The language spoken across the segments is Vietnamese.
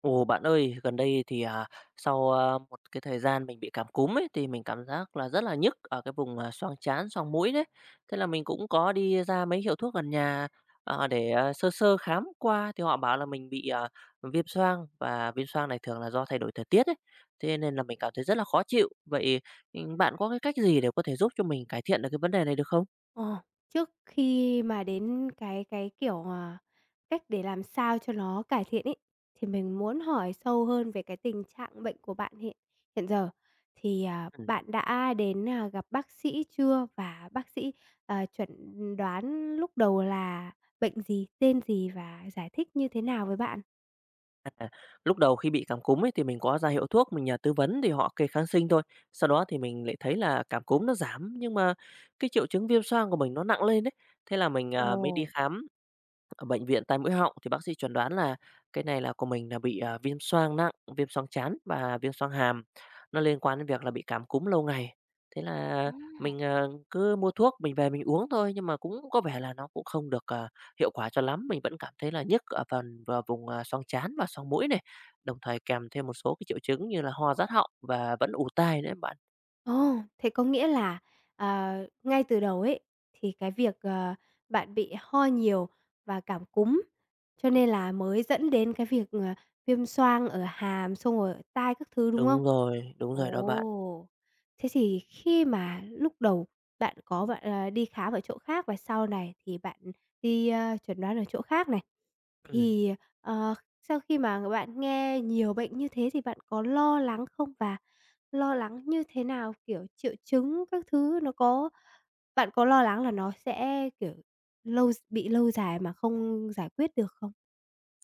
Ồ, bạn ơi, gần đây thì, sau, một cái thời gian mình bị cảm cúm ấy, thì mình cảm giác là rất là nhức ở cái vùng, xoang trán, xoang mũi đấy. Thế là mình cũng có đi ra mấy hiệu thuốc gần nhà, để, sơ sơ khám qua thì họ bảo là mình bị, viêm xoang và viêm xoang này thường là do thay đổi thời tiết ấy, thế nên là mình cảm thấy rất là khó chịu. Vậy, bạn có cái cách gì để có thể giúp cho mình cải thiện được cái vấn đề này được không? Ờ, Trước khi mà đến cái, kiểu, cách để làm sao cho nó cải thiện ấy, thì mình muốn hỏi sâu hơn về cái tình trạng bệnh của bạn hiện hiện giờ. Thì, bạn đã đến, gặp bác sĩ chưa? Và bác sĩ, chuẩn đoán lúc đầu là bệnh gì, tên gì và giải thích như thế nào với bạn? Lúc đầu khi bị cảm cúm ấy thì mình có ra hiệu thuốc, mình nhờ tư vấn thì họ kê kháng sinh thôi. Sau đó thì mình lại thấy là cảm cúm nó giảm nhưng mà cái triệu chứng viêm xoang của mình nó nặng lên đấy. Thế là mình, mới đi khám ở bệnh viện tai mũi họng thì bác sĩ chuẩn đoán là cái này là của mình là bị, viêm xoang nặng, viêm xoang trán và viêm xoang hàm. Nó liên quan đến việc là bị cảm cúm lâu ngày. Thế là Ồ. mình, cứ mua thuốc mình về mình uống thôi, nhưng mà cũng có vẻ là nó cũng không được, hiệu quả cho lắm. Mình vẫn cảm thấy là nhức ở phần vào vùng, xoang trán và xoang mũi này, đồng thời kèm thêm một số cái triệu chứng như là ho rát họng và vẫn ù tai nữa bạn. Ồ, thế có nghĩa là, ờ, ngay từ đầu ấy, thì cái việc, bạn bị ho nhiều và cảm cúm, cho nên là mới dẫn đến cái việc, viêm xoang ở hàm, xong rồi ở tai các thứ, đúng không? Đúng rồi đó bạn. Ồ, thế thì khi mà lúc đầu bạn, đi khám ở chỗ khác và sau này thì bạn đi, chẩn đoán ở chỗ khác này, Ừm. thì, ờ, sau khi mà bạn nghe nhiều bệnh như thế thì bạn có lo lắng không? Và lo lắng như thế nào? Kiểu, triệu chứng các thứ nó có bạn có lo lắng là nó sẽ, kiểu, lâu bị lâu dài mà không giải quyết được không?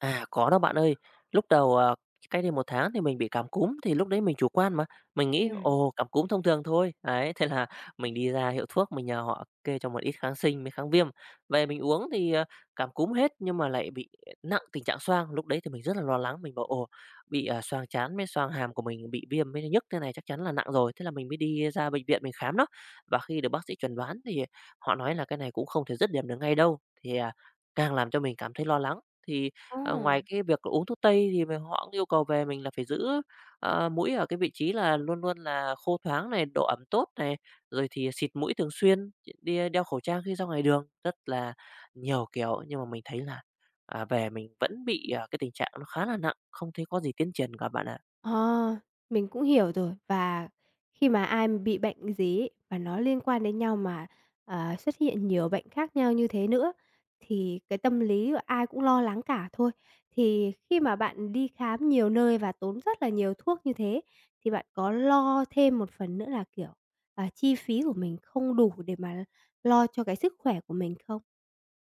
À, có đó bạn ơi. Lúc đầu, cách đây một tháng thì mình bị cảm cúm, thì lúc đấy mình chủ quan mà, mình nghĩ: Ừm, "Ồ, cảm cúm thông thường thôi." Ấy, thế là mình đi ra hiệu thuốc, mình nhờ họ kê cho một ít kháng sinh với kháng viêm. Về mình uống thì, cảm cúm hết nhưng mà lại bị nặng tình trạng xoang, lúc đấy thì mình rất là lo lắng, mình bảo: "Ồ, bị, xoang trán với xoang hàm của mình bị viêm với nhức thế này chắc chắn là nặng rồi." Thế là mình mới đi ra bệnh viện mình khám đó, và khi được bác sĩ chuẩn đoán thì họ nói là "Cái này cũng không thể dứt điểm được ngay đâu." Thì, càng làm cho mình cảm thấy lo lắng, thì ờ. Ngoài cái việc uống thuốc tây thì mình họ cũng yêu cầu về mình là phải giữ, mũi ở cái vị trí là luôn luôn là khô thoáng này, độ ẩm tốt này, rồi thì xịt mũi thường xuyên, đeo khẩu trang khi ra ngoài đường, rất là nhiều kiểu. Nhưng mà mình thấy là, về mình vẫn bị, cái tình trạng nó khá là nặng, không thấy có gì tiến triển cả bạn ạ. Ờ, mình cũng hiểu rồi. Và khi mà ai bị bệnh gì ấy, và nó liên quan đến nhau mà, xuất hiện nhiều bệnh khác nhau như thế nữa, thì cái tâm lý của ai cũng lo lắng cả thôi. Thì khi mà bạn đi khám nhiều nơi và tốn rất là nhiều thuốc như thế, thì bạn có lo thêm một phần nữa là, kiểu, chi phí của mình không đủ để mà lo cho cái sức khỏe của mình không?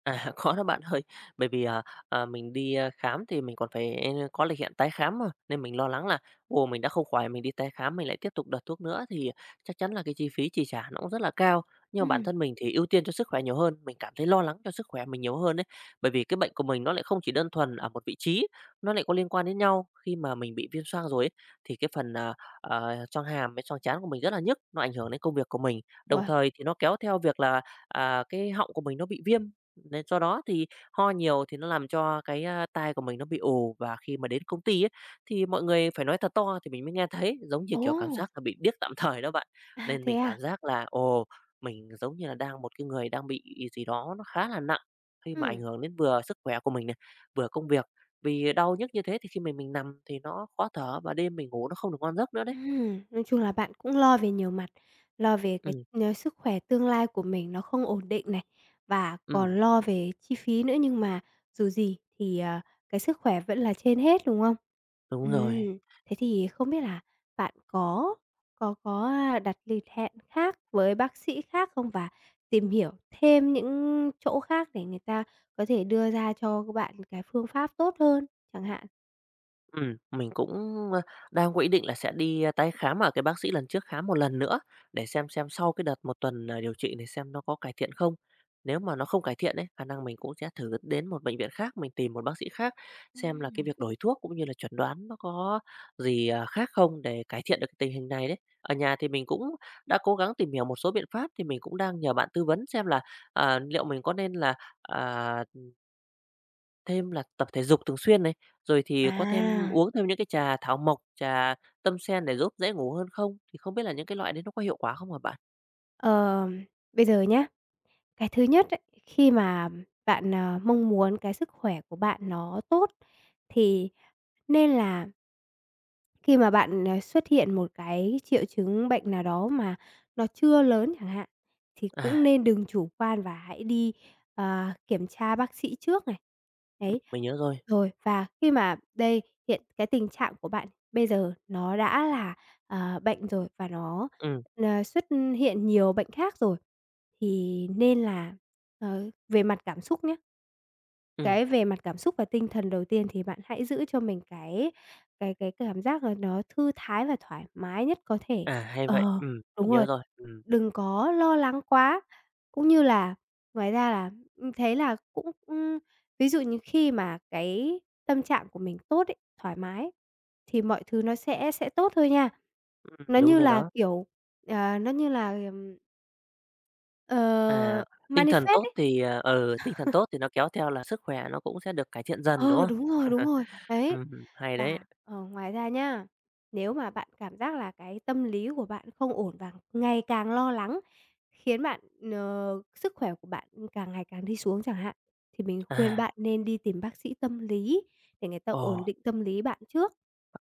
À, có đó bạn ơi. Bởi vì, mình đi, khám thì mình còn phải có lịch hẹn tái khám mà, nên mình lo lắng là, ồ, mình đã không khỏi mình đi tái khám mình lại tiếp tục đợt thuốc nữa thì chắc chắn là cái chi phí chi trả nó cũng rất là cao. Nhưng mà bản Ừm. thân mình thì ưu tiên cho sức khỏe nhiều hơn, mình cảm thấy lo lắng cho sức khỏe mình nhiều hơn đấy. Bởi vì cái bệnh của mình nó lại không chỉ đơn thuần ở một vị trí, nó lại có liên quan đến nhau. Khi mà mình bị viêm xoang rồi ấy, thì cái phần, xoang hàm với xoang trán của mình rất là nhức, nó ảnh hưởng đến công việc của mình. Đồng Ủa. thời thì nó kéo theo việc là, cái họng của mình nó bị viêm nên do đó thì ho nhiều thì nó làm cho cái, tai của mình nó bị ù, và khi mà đến công ty ấy, thì mọi người phải nói thật to thì mình mới nghe thấy, giống như, Ồ, kiểu, cảm giác là bị điếc tạm thời đó bạn. à, Nên thế mình à? cảm giác là, ồ, mình giống như là đang một cái người đang bị gì đó nó khá là nặng, khi mà ảnh Ừ. hưởng đến vừa sức khỏe của mình này, vừa công việc. Vì đau nhức như thế thì khi mà mình nằm thì nó khó thở và đêm mình ngủ nó không được ngon giấc nữa đấy. Nói chung là bạn cũng lo về nhiều mặt, lo về cái, Ừm, sức khỏe tương lai của mình nó không ổn định này, và ừm, còn lo về chi phí nữa, nhưng mà dù gì thì, cái sức khỏe vẫn là trên hết, đúng không? đúng rồi. Ừm, thế thì không biết là bạn có, đặt lịch hẹn khác với bác sĩ khác không? Và tìm hiểu thêm những chỗ khác để người ta có thể đưa ra cho các bạn cái phương pháp tốt hơn chẳng hạn? Mình cũng, ơ, đang có ý định là sẽ đi, tái khám ở cái bác sĩ lần trước khám một lần nữa, để xem sau cái đợt một tuần, điều trị này xem nó có cải thiện không. Nếu mà nó không cải thiện ấy, khả năng mình cũng sẽ thử đến một bệnh viện khác, mình tìm một bác sĩ khác xem là cái Ừm. việc đổi thuốc cũng như là chẩn đoán nó có gì, khác không để cải thiện được cái tình hình này đấy. Ở nhà thì mình cũng đã cố gắng tìm hiểu một số biện pháp, thì mình cũng đang nhờ bạn tư vấn xem là, liệu mình có nên là, à Thêm là tập thể dục thường xuyên này, rồi thì có thêm À, uống thêm những cái trà thảo mộc, trà tâm sen để giúp dễ ngủ hơn không? Thì không biết là những cái loại đấy nó có hiệu quả không hả bạn? ờ, bây giờ nhá. Cái thứ nhất ấy, khi mà bạn, mong muốn cái sức khỏe của bạn nó tốt thì nên là khi mà bạn, xuất hiện một cái triệu chứng bệnh nào đó mà nó chưa lớn chẳng hạn, thì À, cũng nên đừng chủ quan và hãy đi, kiểm tra bác sĩ trước này. Đấy. mình nhớ rồi. Rồi, và khi mà đây, hiện cái tình trạng của bạn bây giờ nó đã là, bệnh rồi và nó, Ừm, xuất hiện nhiều bệnh khác rồi, thì nên là, về mặt cảm xúc nhé. ừm, Cái về mặt cảm xúc và tinh thần đầu tiên thì bạn hãy giữ cho mình cái cảm giác là nó thư thái và thoải mái nhất có thể. Hay vậy. Ờ, Mình đúng nhớ rồi, rồi. Đừng có lo lắng quá, cũng như là ngoài ra là mình thấy là cũng, ví dụ như khi mà cái tâm trạng của mình tốt ấy, thoải mái ấy, thì mọi thứ nó sẽ tốt thôi nha. Nó Đúng như rồi là, đó. kiểu, nó như là, ờ, À, manifest ấy. Tinh thần tốt thì nó kéo theo là sức khỏe nó cũng sẽ được cải thiện dần, đúng Ờ, không? Đúng rồi, đấy. Hay đấy. Và, ngoài ra nhá, nếu mà bạn cảm giác là cái tâm lý của bạn không ổn và ngày càng lo lắng, khiến bạn, sức khỏe của bạn càng ngày càng đi xuống chẳng hạn, thì mình khuyên À, bạn nên đi tìm bác sĩ tâm lý để người ta ồ. ổn định tâm lý bạn trước.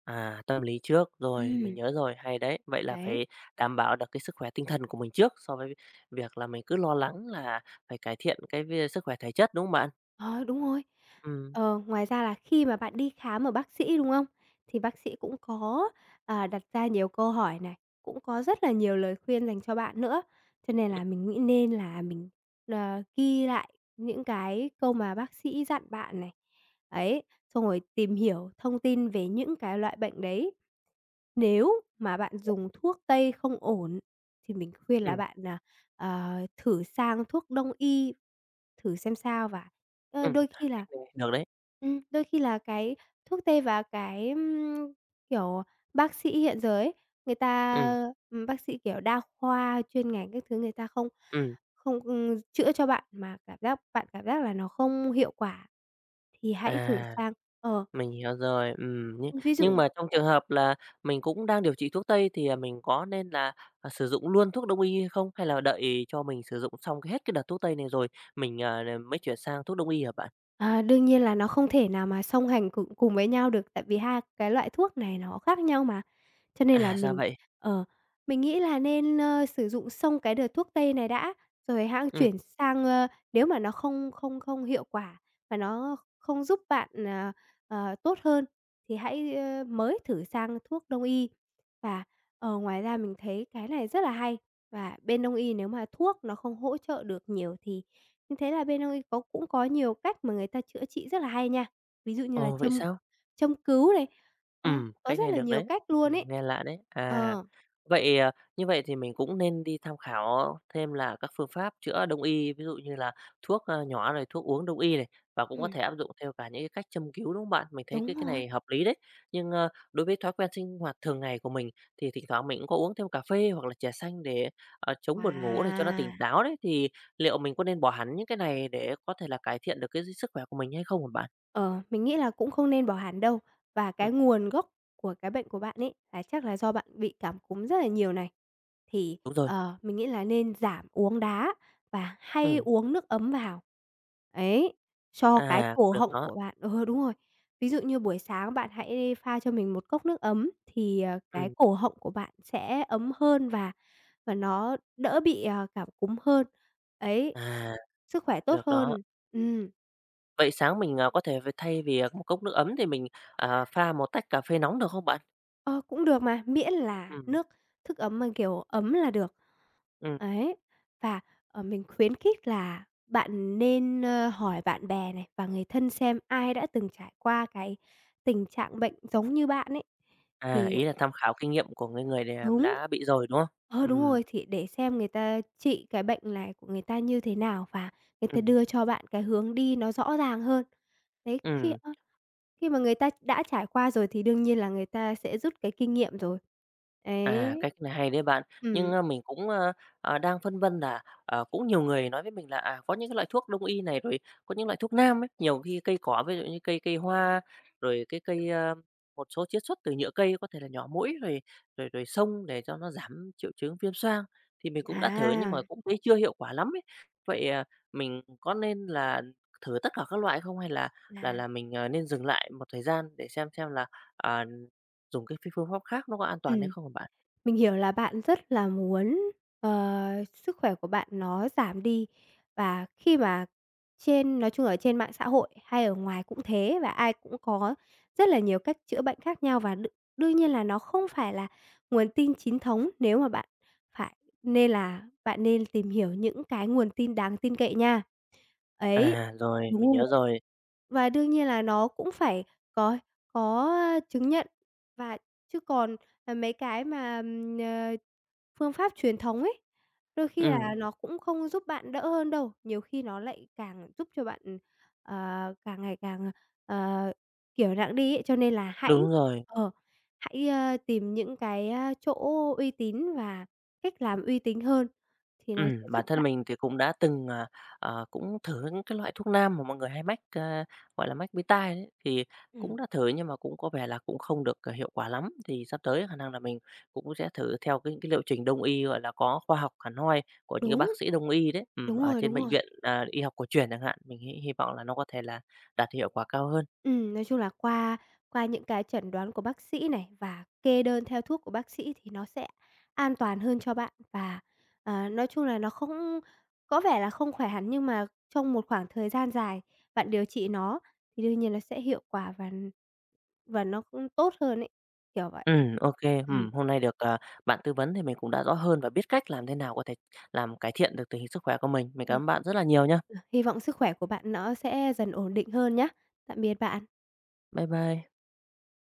À, tâm lý trước, rồi, mình Ừm. nhớ rồi, hay đấy. Vậy là Đấy. phải đảm bảo được cái sức khỏe tinh thần của mình trước so với việc là mình cứ lo lắng là phải cải thiện cái sức khỏe thể chất, đúng không bạn? Ờ, đúng rồi. Ừ, Ờ, ngoài ra là khi mà bạn đi khám ở bác sĩ, đúng không? Thì bác sĩ cũng có, đặt ra nhiều câu hỏi này, cũng có rất là nhiều lời khuyên dành cho bạn nữa. Cho nên ừ, là mình nghĩ nên là mình, ghi lại những cái câu mà bác sĩ dặn bạn này. Ấy, xong rồi tìm hiểu thông tin về những cái loại bệnh đấy. Nếu mà bạn dùng thuốc Tây không ổn thì mình khuyên là ừm, bạn thử sang thuốc Đông y. Thử xem sao và, ơ, đôi khi cách là này được đấy. Đôi khi là cái thuốc tê và cái, kiểu, bác sĩ hiện giờ ấy, người Ừ, ta, bác sĩ, kiểu, đa khoa chuyên ngành các thứ người ta không ừ, không, chữa cho bạn mà cảm giác bạn cảm giác là nó không hiệu quả thì hãy thử à, sang ờ, mình hiểu rồi, nhưng ví nhưng dụ mà trong trường hợp là mình cũng đang điều trị thuốc Tây thì, mình có nên là, sử dụng luôn thuốc Đông y hay không? Hay là đợi cho mình sử dụng xong cái hết cái đợt thuốc Tây này rồi mình, mới chuyển sang thuốc Đông y hả bạn? À, đương nhiên là nó không thể nào mà song hành cùng cùng với nhau được, tại vì hai cái loại thuốc này nó khác nhau mà. Cho nên là À, ra mình, vậy. ờ, mình nghĩ là nên, sử dụng xong cái đợt thuốc tây này đã, rồi hẵng Ừ, chuyển sang, nếu mà nó không không không hiệu quả và nó không giúp bạn, tốt hơn thì hãy, mới thử sang thuốc đông y. Và, ngoài ra mình thấy cái này rất là hay, và bên đông y nếu mà thuốc nó không hỗ trợ được nhiều thì mình thấy là bên ông ấy có cũng có nhiều cách mà người ta chữa trị rất là hay nha, ví dụ như là ồ, vậy châm sao? châm cứu này, ờ, có Cách rất này là được nhiều đấy. cách luôn ấy. Nghe lạ đấy. À, Ờ, vậy, như vậy thì mình cũng nên đi tham khảo thêm là các phương pháp chữa đông y, ví dụ như là thuốc, nhỏ này, thuốc uống đông y này, và cũng có ừm, thể áp dụng theo cả những cái cách châm cứu, đúng không bạn? Mình thấy cái đúng cái rồi. này hợp lý đấy. Nhưng, đối với thói quen sinh hoạt thường ngày của mình thì thỉnh thoảng mình cũng có uống thêm cà phê hoặc là trà xanh để, chống buồn ngủ để cho nó tỉnh Wow! táo đấy, thì liệu mình có nên bỏ hẳn những cái này để có thể là cải thiện được cái sức khỏe của mình hay không hả bạn? Ờ, mình nghĩ là cũng không nên bỏ hẳn đâu. Và Ừm, cái nguồn gốc của cái bệnh của bạn ấy là chắc là do bạn bị cảm cúm rất là nhiều này. Thì, đúng rồi, mình nghĩ là nên giảm uống đá và hay ừm, uống nước ấm vào. Ấy, cho cái cổ được họng đó, của bạn ờ, đúng rồi. Ví dụ như buổi sáng bạn hãy pha cho mình một cốc nước ấm thì, cái ừm. cổ họng của bạn sẽ ấm hơn và nó đỡ bị, cảm cúm hơn. Ấy, À, sức khỏe tốt được đó. hơn. Ừm. Ừm. Vậy sáng mình, có thể thay vì, một cốc nước ấm thì mình, pha một tách cà phê nóng được không bạn? Ờ, cũng được mà, miễn là Ừm, nước ấm mà, kiểu, ấm là được. ừm, Ấy, và, mình khuyến khích là bạn nên, hỏi bạn bè này và người thân xem ai đã từng trải qua cái tình trạng bệnh giống như bạn ấy. Thì ý là tham khảo kinh nghiệm của người người để, đúng. đã bị rồi, đúng không? Ờ, đúng Ừm, rồi, thì để xem người ta trị cái bệnh này của người ta như thế nào và người ta ừm, đưa cho bạn cái hướng đi nó rõ ràng hơn. Đấy, khi ừm. khi mà người ta đã trải qua rồi thì đương nhiên là người ta sẽ rút cái kinh nghiệm rồi. À, Đấy. cách này hay đấy bạn. Nhưng, Ừm, mình cũng, đang phân vân là, cũng nhiều người nói với mình là, có những cái loại thuốc đông y này, rồi có những loại thuốc nam ấy, nhiều khi cây cỏ, ví dụ như cây cây hoa, rồi cái cây, a một số chiết xuất từ nhựa cây có thể là nhỏ mũi rồi rồi rồi xông để cho nó giảm triệu chứng viêm xoang. Thì mình cũng đã thử nhưng mà à, cũng thấy chưa hiệu quả lắm ấy. Vậy, mình có nên là thử tất cả các loại không? Hay là là là là mình, nên dừng lại một thời gian để xem là, à, dùng cái phương pháp khác nó có an toàn hay ừm, không hả bạn? mình hiểu là bạn rất là muốn, sức khỏe của bạn nó giảm đi và khi mà nói chung ở trên mạng xã hội hay ở ngoài cũng thế và ai cũng có rất là nhiều cách chữa bệnh khác nhau và đương nhiên là nó không phải là nguồn tin chính thống nếu mà bạn phải nên là bạn nên tìm hiểu những cái nguồn tin đáng tin cậy nha. Ấy, À, rồi, mình đúng rồi, nhớ rồi. và đương nhiên là nó cũng phải có có, chứng nhận và chứ còn, mấy cái mà, phương pháp truyền thống ấy, đôi khi Ừm, là nó cũng không giúp bạn đỡ hơn đâu, nhiều khi nó lại càng giúp cho bạn, ờ, càng ngày càng, ờ, kiểu, nặng đi ấy. Cho nên là hãy đúng rồi. ờ, hãy, tìm những cái, chỗ uy tín và cách làm uy tín hơn thì nó sẽ Bản giúp thân bạn mình thì cũng đã từng, cũng thử những cái loại thuốc nam mà mọi người hay mách, gọi là, mách bí tai đấy, thì cũng ừm, đã thử nhưng mà cũng có vẻ là cũng không được, hiệu quả lắm. Thì sắp tới khả năng là mình cũng sẽ thử theo cái liệu trình Đông y, gọi là, có khoa học hẳn hoi của những cái bác đúng, sĩ Đông y đấy, đúng ở rồi, trên đúng bệnh rồi. viện, y học cổ truyền chẳng hạn. Mình hy hy vọng là nó có thể là đạt hiệu quả cao hơn. Nói chung là qua qua những cái chẩn đoán của bác sĩ này và kê đơn theo thuốc của bác sĩ thì nó sẽ an toàn hơn cho bạn. Và, nói chung là nó không có vẻ là không khỏe hẳn nhưng mà trong một khoảng thời gian dài bạn điều trị nó thì đương nhiên nó sẽ hiệu quả và nó cũng tốt hơn ấy, kiểu vậy. OK. Ừm, Hôm nay được, bạn tư vấn thì mình cũng đã rõ hơn và biết cách làm thế nào có thể làm cải thiện được tình hình sức khỏe của mình. Mình ừm. cảm ơn bạn rất là nhiều nhé. Ờ, hy vọng sức khỏe của bạn nó sẽ dần ổn định hơn nhá. Tạm biệt bạn. Bye bye.